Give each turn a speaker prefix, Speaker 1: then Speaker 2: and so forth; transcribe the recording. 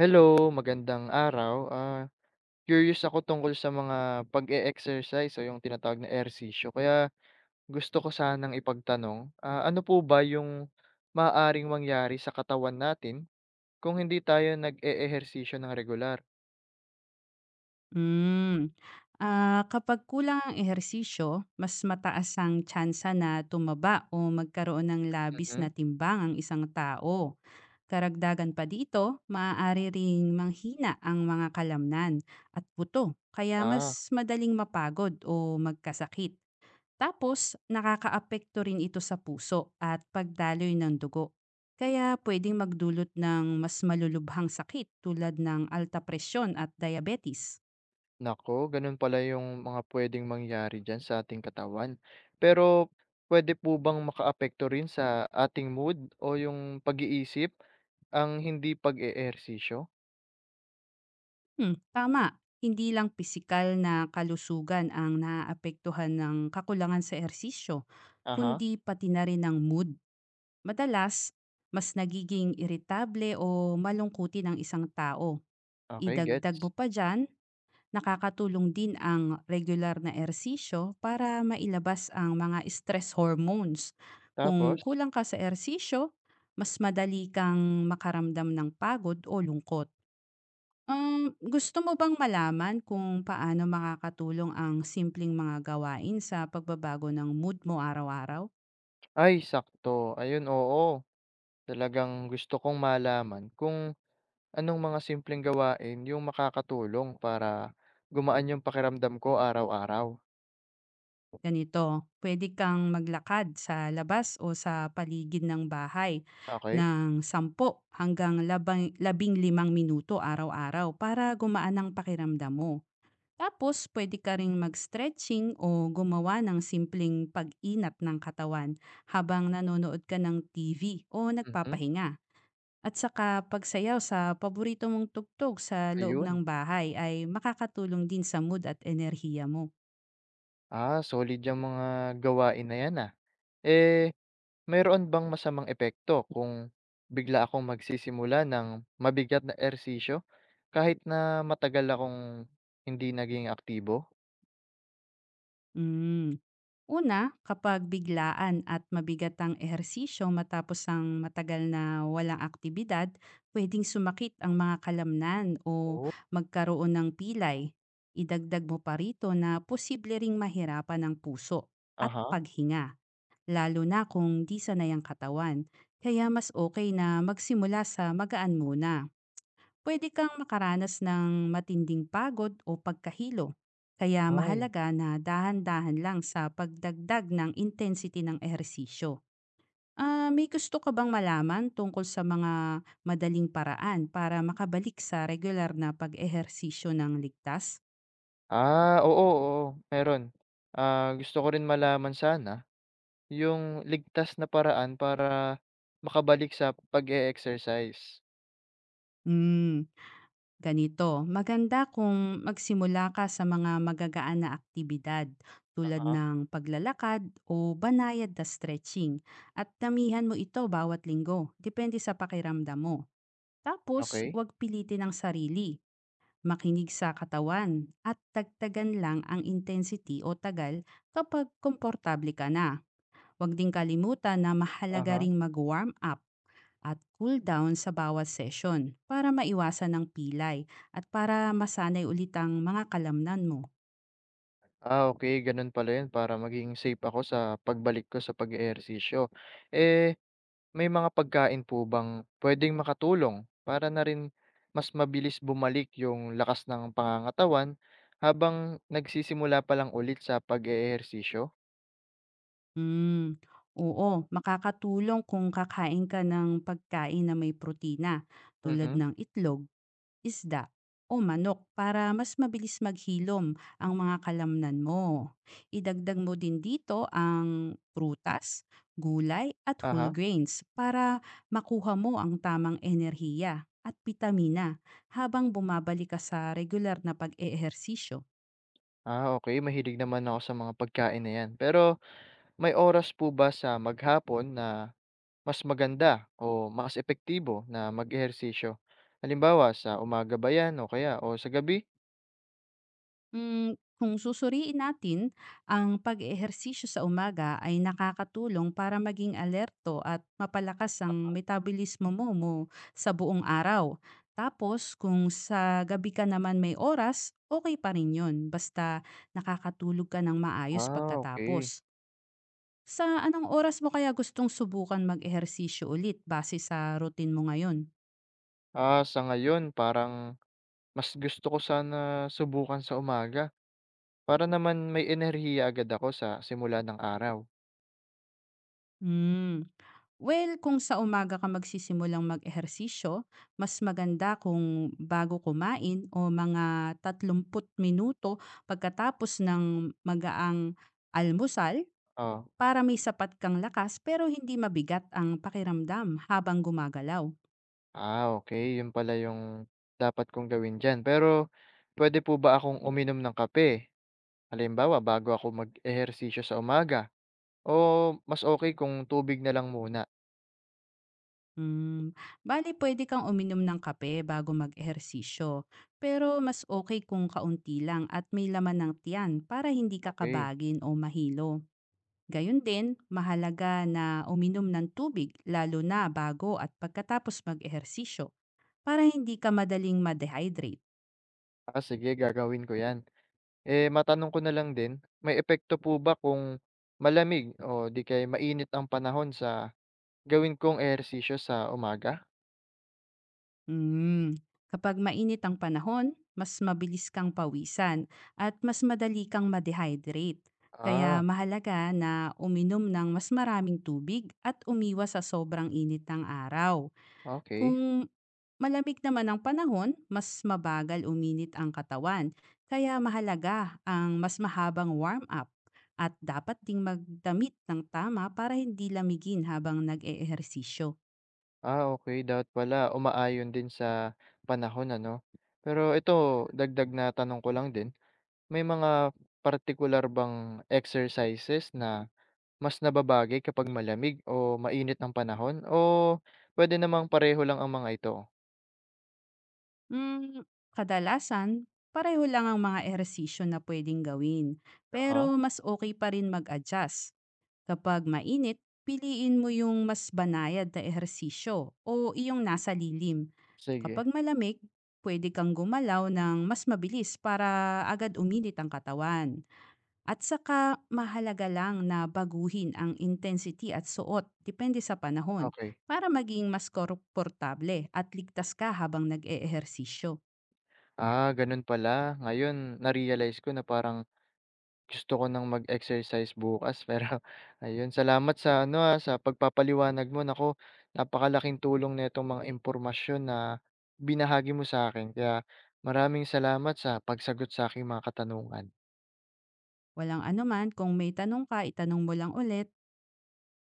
Speaker 1: Hello, magandang araw. Curious ako tungkol sa mga pag-e-exercise o yung tinatawag na ehersisyo. Kaya gusto ko sanang ipagtanong, ano po ba yung maaaring mangyari sa katawan natin kung hindi tayo nag-e-ehersisyo ng regular?
Speaker 2: Hmm, ah, kapag kulang ang ehersisyo, mas mataas ang tsansa na tumaba o magkaroon ng labis na
Speaker 1: Mhm.
Speaker 2: timbang ang isang tao. Karagdagan pa dito, maaari ring manghina ang mga kalamnan at buto, kaya
Speaker 1: Ah,
Speaker 2: mas madaling mapagod o magkasakit. Tapos, nakakaapekto rin ito sa puso at pagdaloy ng dugo. Kaya pwedeng magdulot ng mas malulubhang sakit tulad ng alta presyon at diabetes.
Speaker 1: Nako, ganun pala yung mga pwedeng mangyari dyan sa ating katawan. Pero pwede po bang makaapekto rin sa ating mood o yung pag-iisip ang hindi pag-e-ehersisyo?
Speaker 2: Hmm, tama. Hindi lang pisikal na kalusugan ang naaapektuhan ng kakulangan sa ehersisyo,
Speaker 1: Aha,
Speaker 2: kundi pati na rin ang mood. Madalas, mas nagiging iritable o malungkutin ang isang tao.
Speaker 1: okay,
Speaker 2: Idagdag
Speaker 1: gets.
Speaker 2: mo pa dyan, nakakatulong din ang regular na ehersisyo para mailabas ang mga stress hormones. Kung
Speaker 1: Tapos?
Speaker 2: kulang ka sa ehersisyo, mas madali kang makaramdam ng pagod o lungkot. Gusto mo bang malaman kung paano makakatulong ang simpleng mga gawain sa pagbabago ng mood mo araw-araw?
Speaker 1: Ay sakto, ayun oo. Talagang gusto kong malaman kung anong mga simpleng gawain yung makakatulong para gumaan yung pakiramdam ko araw-araw.
Speaker 2: Ganito, pwede kang maglakad sa labas o sa paligid ng bahay
Speaker 1: Okay.
Speaker 2: ng 10 hanggang 15 minuto araw-araw para gumaan ang pakiramdam mo. Tapos, pwede ka ring mag-stretching o gumawa ng simpleng pag-inat ng katawan habang nanonood ka ng TV o
Speaker 1: Mhm.
Speaker 2: nagpapahinga. At saka pagsayaw sa paborito mong tugtog sa loob
Speaker 1: Ayun.
Speaker 2: ng bahay ay makakatulong din sa mood at enerhiya mo.
Speaker 1: Ah, solid yang mga gawain na yan, ah. Eh, mayroon bang masamang epekto kung bigla akong magsisimula ng mabigat na ehersisyo kahit na matagal akong hindi naging aktibo?
Speaker 2: Mm. Una, kapag biglaan at mabigat ang ehersisyo matapos ang matagal na walang aktibidad, pwedeng sumakit ang mga kalamnan o
Speaker 1: Oh.
Speaker 2: magkaroon ng pilay. Idagdag mo pa rito na posible ring mahirapan ang puso at
Speaker 1: Aha.
Speaker 2: paghinga, lalo na kung di sanay ang katawan. Kaya mas okay na magsimula sa magaan muna. Pwede kang makaranas ng matinding pagod o pagkahilo. Kaya
Speaker 1: Ay.
Speaker 2: mahalaga na dahan-dahan lang sa pagdagdag ng intensity ng ehersisyo. Ah, may gusto ka bang malaman tungkol sa mga madaling paraan para makabalik sa regular na pag-ehersisyo ng ligtas?
Speaker 1: Ah, oo, oo, meron. Ah, gusto ko rin malaman sana yung ligtas na paraan para makabalik sa pag-e-exercise.
Speaker 2: Hmm, ganito, maganda kung magsimula ka sa mga magagaan na aktibidad tulad
Speaker 1: Aha.
Speaker 2: ng paglalakad o banayad na stretching at damihan mo ito bawat linggo, depende sa pakiramdam mo. Tapos,
Speaker 1: Okay.
Speaker 2: huwag pilitin ang sarili, makinig sa katawan at dagdagan lang ang intensity o tagal kapag komportable ka na. Huwag ding kalimutan na mahalaga
Speaker 1: Aha.
Speaker 2: ring mag-warm up at cool down sa bawat session para maiwasan ang pilay at para masanay ulit ang mga kalamnan mo.
Speaker 1: Ah, okay gano'n pala 'yun para maging safe ako sa pagbalik ko sa pag-eehersisyo. Eh, may mga pagkain po bang puwedeng makatulong para na rin mas mabilis bumalik yung lakas ng pangangatawan habang nagsisimula pa lang ulit sa pag-eehersisyo?
Speaker 2: Hmm, oo, makakatulong kung kakain ka ng pagkain na may protina tulad
Speaker 1: Mhm.
Speaker 2: ng itlog, isda o manok para mas mabilis maghilom ang mga kalamnan mo. Idagdag mo din dito ang prutas, gulay at whole
Speaker 1: Aha.
Speaker 2: grains para makuha mo ang tamang enerhiya at vitamina habang bumabalik ka sa regular na pag-eehersisyo.
Speaker 1: Ah, okey. Mahilig naman ako sa mga pagkain na 'yan. Pero may oras po ba sa maghapon na mas maganda o mas epektibo na mag-ehersisyo? Halimbawa, sa umaga ba 'yan o kaya o sa gabi?
Speaker 2: Hmm, kung susuriin natin, ang pag-eehersisyo sa umaga ay nakakatulong para maging alerto at mapalakas ang metabolismo mo sa buong araw. Tapos kung sa gabi ka naman may oras, okay pa rin 'yon basta nakakatulog ka ng maayos
Speaker 1: Ah, okay.
Speaker 2: pagkatapos. Sa anong oras mo kaya gustong subukan mag-ehersisyo ulit base sa routine mo ngayon?
Speaker 1: Ah, sa ngayon parang mas gusto ko sana subukan sa umaga para naman may enerhiya agad ako sa simula ng araw.
Speaker 2: Hmm. Well, kung sa umaga ka magsisimulang mag-ehersisyo, mas maganda kung bago kumain o mga 30 minuto pagkatapos ng magaang almusal
Speaker 1: Oo.
Speaker 2: para may sapat kang lakas pero hindi mabigat ang pakiramdam habang gumagalaw.
Speaker 1: Ah, okay, 'yun pala yung dapat kong gawin diyan. Pero pwede po ba akong uminom ng kape? Halimbawa, bago ako mag-ehersisyo sa umaga o mas okay kung tubig na lang muna.
Speaker 2: Hmm, bali pwede kang uminom ng kape bago mag-ehersisyo. Pero mas okay kung kaunti lang at may laman ng tiyan para hindi ka
Speaker 1: Okey.
Speaker 2: kabagin o mahilo. Gayun din, mahalaga na uminom ng tubig lalo na bago at pagkatapos mag-ehersisyo para hindi ka madaling ma-dehydrate.
Speaker 1: Ah, sige, gagawin ko 'yan. Eh, matanong ko na lang din, may epekto po ba kung malamig o 'di kaya mainit ang panahon sa gawin kong ehersisyo sa umaga?
Speaker 2: Mm. Kapag mainit ang panahon, mas mabilis kang pawisan at mas madali kang ma-dehydrate. Kaya
Speaker 1: Ah,
Speaker 2: mahalaga na uminom ng mas maraming tubig at umiwas sa sobrang init ng araw.
Speaker 1: okay.
Speaker 2: Kung malamig naman ang panahon, mas mabagal uminit ang katawan. Kaya mahalaga ang mas mahabang warm-up at dapat ding magdamit ng tama para hindi lamigin habang nag-eehersisyo.
Speaker 1: Ah, okay, dapat pala umaayon din sa panahon ano. Pero ito dagdag na tanong ko lang din, may mga particular bang exercises na mas nababagay kapag malamig o mainit ang panahon o puwede namang pareho lang ang mga ito?
Speaker 2: Mm, kadalasan, pareho lang ang mga ehersisyo na pwedeng gawin. Pero
Speaker 1: Uh-huh.
Speaker 2: mas okay pa rin mag-adjust. Kapag mainit, piliin mo yung mas banayad na ehersisyo o iyong nasa lilim.
Speaker 1: Sige.
Speaker 2: Kapag malamig, pwede kang gumalaw ng mas mabilis para agad uminit ang katawan. At saka mahalaga lang na baguhin ang intensity at suot depende sa panahon
Speaker 1: Okay.
Speaker 2: para maging mas komportable at ligtas ka habang nag-eehersisyo.
Speaker 1: Ah, gano'n pala. Ngayon na-realize ko na parang gusto ko ng mag-exercise bukas pero ayun, salamat sa sa pagpapaliwanag mo. Nako, napakalaking tulong na nitong mga impormasyon na binahagi mo sa akin kaya maraming salamat sa pagsagot sa aking mga katanungan.
Speaker 2: Walang anuman, kung may tanong ka, itanong mo lang ulit.